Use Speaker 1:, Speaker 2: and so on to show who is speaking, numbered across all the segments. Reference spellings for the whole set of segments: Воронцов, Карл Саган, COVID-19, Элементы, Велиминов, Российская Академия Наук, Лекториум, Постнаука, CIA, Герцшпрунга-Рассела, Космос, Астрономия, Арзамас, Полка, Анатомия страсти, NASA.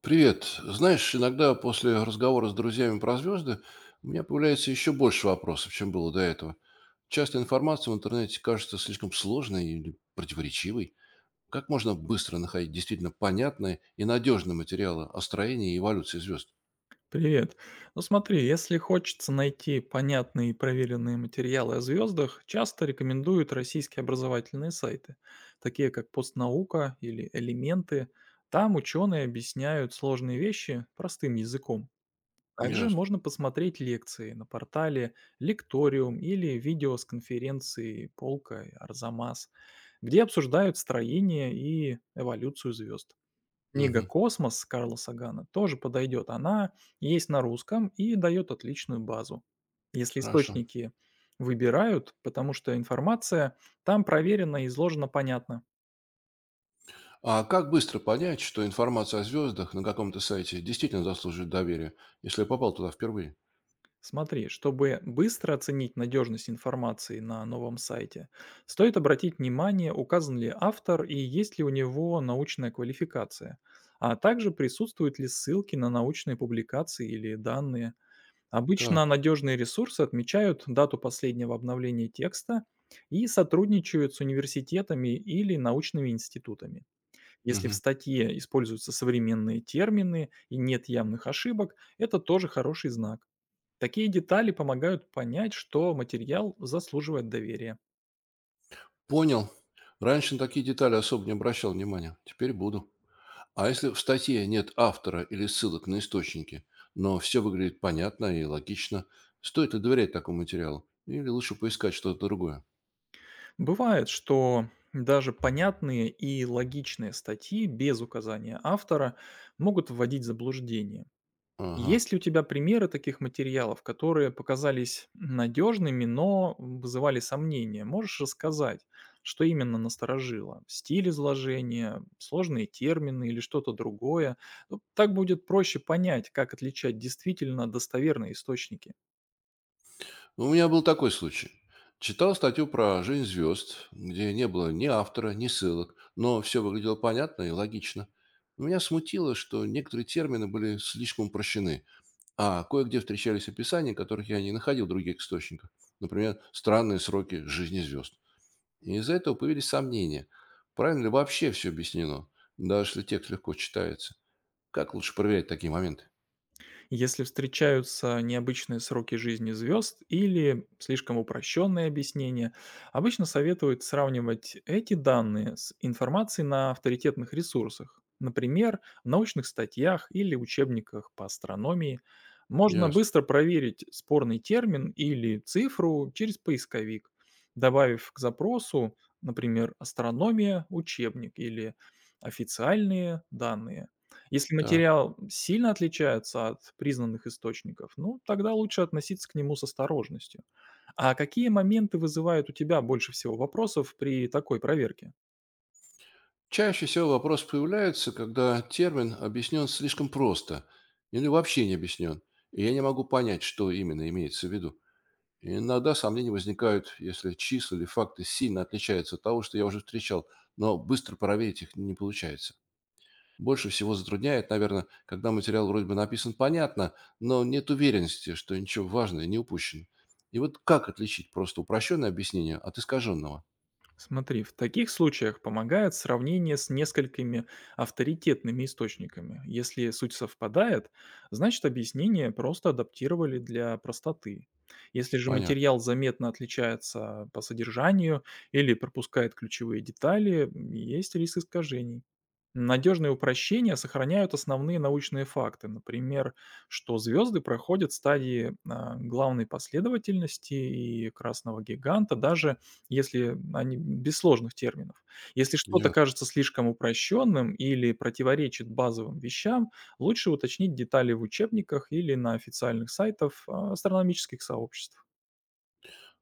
Speaker 1: Привет. Знаешь, иногда после разговора с друзьями про звезды у меня появляется еще больше вопросов, чем было до этого. Часто информация в интернете кажется слишком сложной или противоречивой. Как можно быстро находить действительно понятные и надежные материалы о строении и эволюции звезд?
Speaker 2: Привет. Ну смотри, если хочется найти понятные и проверенные материалы о звездах, часто рекомендуют российские образовательные сайты, такие как «Постнаука» или «Элементы». Там ученые объясняют сложные вещи простым языком. Также
Speaker 1: Ясно.
Speaker 2: можно посмотреть лекции на портале «Лекториум» или видео с конференции «Полка» и «Арзамас», где обсуждают строение и эволюцию звезд. Книга
Speaker 1: Мгм.
Speaker 2: "Космос" Карла Сагана тоже подойдет. Она есть на русском и дает отличную базу. Если
Speaker 1: Хорошо.
Speaker 2: источники выбирают, потому что информация там проверена и изложена понятно.
Speaker 1: А как быстро понять, что информация о звездах на каком-то сайте действительно заслуживает доверия, если я попал туда впервые?
Speaker 2: Смотри, чтобы быстро оценить надежность информации на новом сайте, стоит обратить внимание, указан ли автор и есть ли у него научная квалификация, а также присутствуют ли ссылки на научные публикации или данные. Обычно
Speaker 1: Так.
Speaker 2: надежные ресурсы отмечают дату последнего обновления текста и сотрудничают с университетами или научными институтами. Если в
Speaker 1: Мгм.
Speaker 2: статье используются современные термины и нет явных ошибок, это тоже хороший знак. Такие детали помогают понять, что материал заслуживает доверия.
Speaker 1: Понял. Раньше на такие детали особо не обращал внимания. Теперь буду. А если в статье нет автора или ссылок на источники, но все выглядит понятно и логично, стоит ли доверять такому материалу? Или лучше поискать что-то другое?
Speaker 2: Бывает, что даже понятные и логичные статьи без указания автора могут вводить в заблуждение.
Speaker 1: Ага.
Speaker 2: Есть ли у тебя примеры таких материалов, которые показались надежными, но вызывали сомнения? Можешь рассказать, что именно насторожило? Стиль изложения, сложные термины или что-то другое? Ну, Так будет проще понять, как отличать действительно достоверные источники.
Speaker 1: У меня был такой случай. Читал статью про жизнь звезд, где не было ни автора, ни ссылок, но все выглядело понятно и логично. Меня смутило, что некоторые термины были слишком упрощены, а кое-где встречались описания, которых я не находил в других источниках. Например, странные сроки жизни звезд. И из-за этого появились сомнения, правильно ли вообще все объяснено, даже если текст легко читается. Как лучше проверять такие моменты?
Speaker 2: Если встречаются необычные сроки жизни звезд или слишком упрощенные объяснения, обычно советуют сравнивать эти данные с информацией на авторитетных ресурсах, например, в научных статьях или учебниках по астрономии. Можно
Speaker 1: Ясно.
Speaker 2: быстро проверить спорный термин или цифру через поисковик, добавив к запросу, например, астрономия, учебник или официальные данные. Если
Speaker 1: Так.
Speaker 2: материал сильно отличается от признанных источников, тогда лучше относиться к нему с осторожностью. А какие моменты вызывают у тебя больше всего вопросов при такой проверке?
Speaker 1: Чаще всего вопрос появляется, когда термин объяснен слишком просто или вообще не объяснен, и я не могу понять, что именно имеется в виду. И иногда сомнения возникают, если числа или факты сильно отличаются от того, что я уже встречал, но быстро проверить их не получается. Больше всего затрудняет, наверное, когда материал вроде бы написан понятно, но нет уверенности, что ничего важного не упущено. И вот как отличить просто упрощенное объяснение от искаженного?
Speaker 2: Смотри, в таких случаях помогает сравнение с несколькими авторитетными источниками. Если суть совпадает, значит объяснение просто адаптировали для простоты. Если же
Speaker 1: Понятно.
Speaker 2: материал заметно отличается по содержанию или пропускает ключевые детали, есть риск искажений. Надежные упрощения сохраняют основные научные факты, например, что звезды проходят стадии главной последовательности и красного гиганта, даже если они без сложных терминов. Если что-то
Speaker 1: Ясно.
Speaker 2: кажется слишком упрощенным или противоречит базовым вещам, лучше уточнить детали в учебниках или на официальных сайтах астрономических сообществ.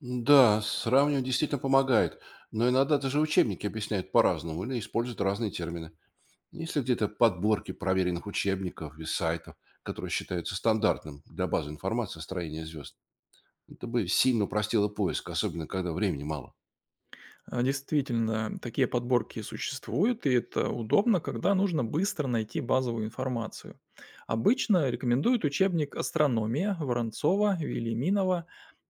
Speaker 1: Да, сравнивать действительно помогает, но иногда даже учебники объясняют по-разному или используют разные термины. Есть ли где-то подборки проверенных учебников и сайтов, которые считаются стандартным для базы информации о строении звезд? Это бы сильно упростило поиск, особенно когда времени мало.
Speaker 2: Действительно, такие подборки существуют, и это удобно, когда нужно быстро найти базовую информацию. Обычно рекомендуют учебник «Астрономия» Воронцова, Велиминова,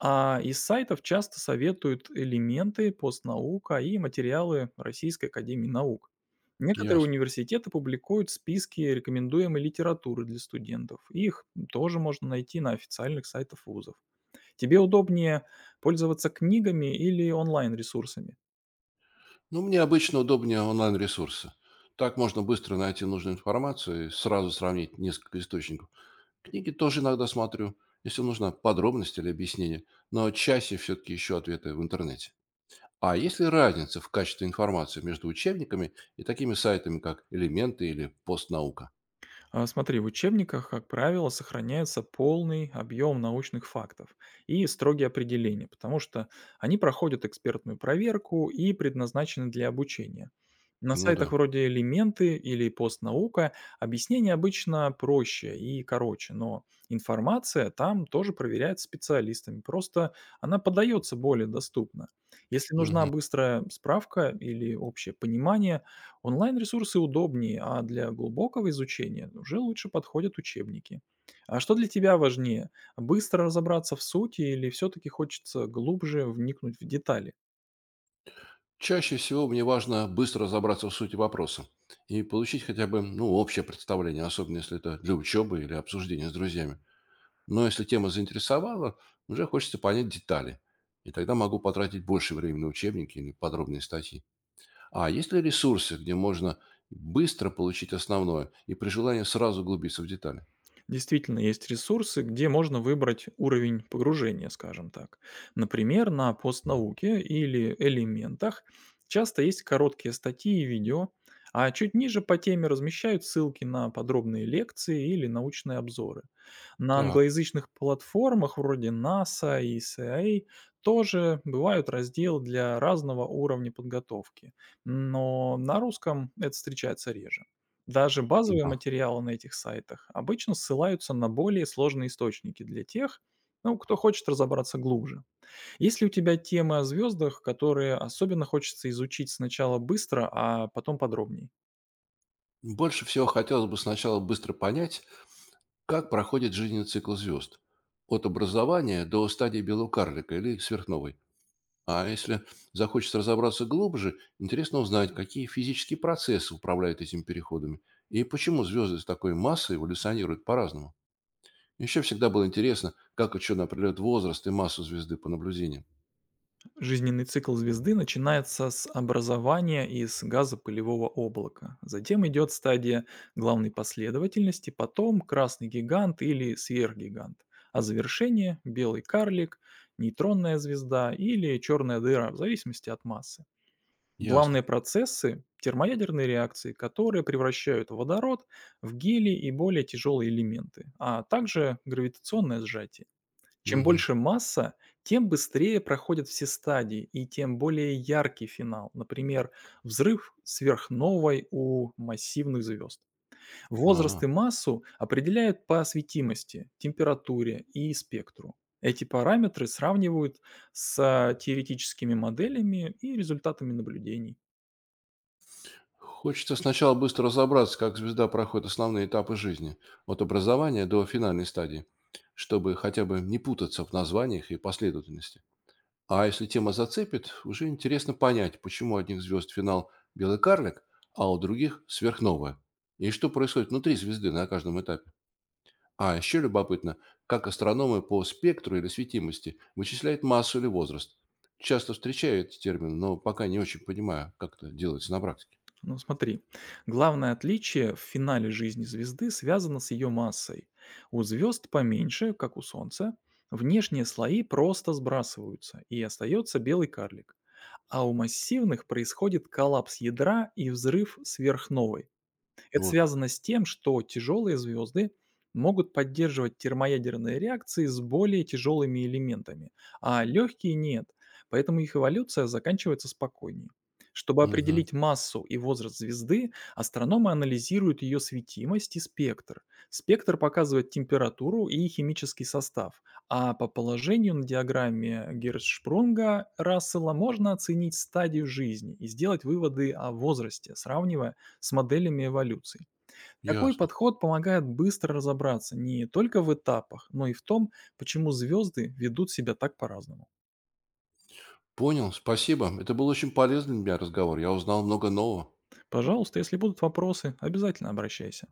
Speaker 2: а из сайтов часто советуют элементы, постнаука и материалы Российской Академии Наук. Некоторые
Speaker 1: Ясно.
Speaker 2: университеты публикуют списки рекомендуемой литературы для студентов. Их тоже можно найти на официальных сайтах вузов. Тебе удобнее пользоваться книгами или онлайн-ресурсами?
Speaker 1: Ну, мне обычно удобнее онлайн-ресурсы. Так можно быстро найти нужную информацию и сразу сравнить несколько источников. Книги тоже иногда смотрю, если нужна подробность или объяснение, но чаще все-таки ищу ответы в интернете. А есть ли разница в качестве информации между учебниками и такими сайтами, как «Элементы» или «Постнаука»?
Speaker 2: Смотри, в учебниках, как правило, сохраняется полный объем научных фактов и строгие определения, потому что они проходят экспертную проверку и предназначены для обучения. На
Speaker 1: Ну
Speaker 2: сайтах
Speaker 1: да.
Speaker 2: вроде «Элементы» или «Постнаука» объяснение обычно проще и короче, но информация там тоже проверяется специалистами, просто она подается более доступно. Если нужна
Speaker 1: Мгм.
Speaker 2: быстрая справка или общее понимание, онлайн-ресурсы удобнее, а для глубокого изучения уже лучше подходят учебники. А что для тебя важнее? Быстро разобраться в сути или все-таки хочется глубже вникнуть в детали?
Speaker 1: Чаще всего мне важно быстро разобраться в сути вопроса и получить хотя бы общее представление, особенно если это для учебы или обсуждения с друзьями. Но если тема заинтересовала, уже хочется понять детали. И тогда могу потратить больше времени на учебники или подробные статьи. А есть ли ресурсы, где можно быстро получить основное и при желании сразу углубиться в детали?
Speaker 2: Действительно, есть ресурсы, где можно выбрать уровень погружения, скажем так. Например, на постнауке или элементах часто есть короткие статьи и видео, а чуть ниже по теме размещают ссылки на подробные лекции или научные обзоры. На
Speaker 1: Так.
Speaker 2: англоязычных платформах вроде NASA и CIA тоже бывают разделы для разного уровня подготовки, но на русском это встречается реже. Даже базовые
Speaker 1: Да.
Speaker 2: материалы на этих сайтах обычно ссылаются на более сложные источники для тех, ну, кто хочет разобраться глубже. Если у тебя темы о звездах, которые особенно хочется изучить сначала быстро, а потом подробнее?
Speaker 1: Больше всего хотелось бы сначала быстро понять, как проходит жизненный цикл звезд. От образования до стадии белого карлика или сверхновой. А если захочется разобраться глубже, интересно узнать, какие физические процессы управляют этими переходами и почему звезды с такой массой эволюционируют по-разному. Еще всегда было интересно, как ученые определяют возраст и массу звезды по наблюдениям.
Speaker 2: Жизненный цикл звезды начинается с образования из газа пылевого облака. Затем идет стадия главной последовательности, потом красный гигант или сверхгигант. А завершение – белый карлик, нейтронная звезда или черная дыра, в зависимости от массы.
Speaker 1: Ясно.
Speaker 2: Главные процессы – термоядерные реакции, которые превращают водород в гелий и более тяжелые элементы, а также гравитационное сжатие. Чем
Speaker 1: Мгм.
Speaker 2: больше масса, тем быстрее проходят все стадии и тем более яркий финал, например, взрыв сверхновой у массивных звезд. Возраст
Speaker 1: А,
Speaker 2: и массу определяют по осветимости, температуре и спектру. Эти параметры сравнивают с теоретическими моделями и результатами наблюдений.
Speaker 1: Хочется сначала быстро разобраться, как звезда проходит основные этапы жизни, от образования до финальной стадии, чтобы хотя бы не путаться в названиях и последовательности. А если тема зацепит, уже интересно понять, почему у одних звезд финал белый карлик, а у других сверхновая. И что происходит внутри звезды на каждом этапе. А еще любопытно, как астрономы по спектру или светимости вычисляют массу или возраст. Часто встречаю этот термин, но пока не очень понимаю, как это делается на практике.
Speaker 2: Ну, смотри, главное отличие в финале жизни звезды связано с ее массой. У звезд поменьше, как у Солнца, внешние слои просто сбрасываются, и остается белый карлик. А у массивных происходит коллапс ядра и взрыв сверхновой. Это
Speaker 1: Вот как.
Speaker 2: связано с тем, что тяжелые звезды могут поддерживать термоядерные реакции с более тяжелыми элементами, а легкие нет, поэтому их эволюция заканчивается спокойнее. Чтобы
Speaker 1: Мгм.
Speaker 2: определить массу и возраст звезды, астрономы анализируют ее светимость и спектр. Спектр показывает температуру и химический состав, а по положению на диаграмме Герцшпрунга-Рассела можно оценить стадию жизни и сделать выводы о возрасте, сравнивая с моделями эволюции. Такой
Speaker 1: Ясно.
Speaker 2: подход помогает быстро разобраться не только в этапах, но и в том, почему звезды ведут себя так по-разному.
Speaker 1: Понял, спасибо. Это был очень полезный для меня разговор. Я узнал много нового.
Speaker 2: Пожалуйста, если будут вопросы, обязательно обращайся.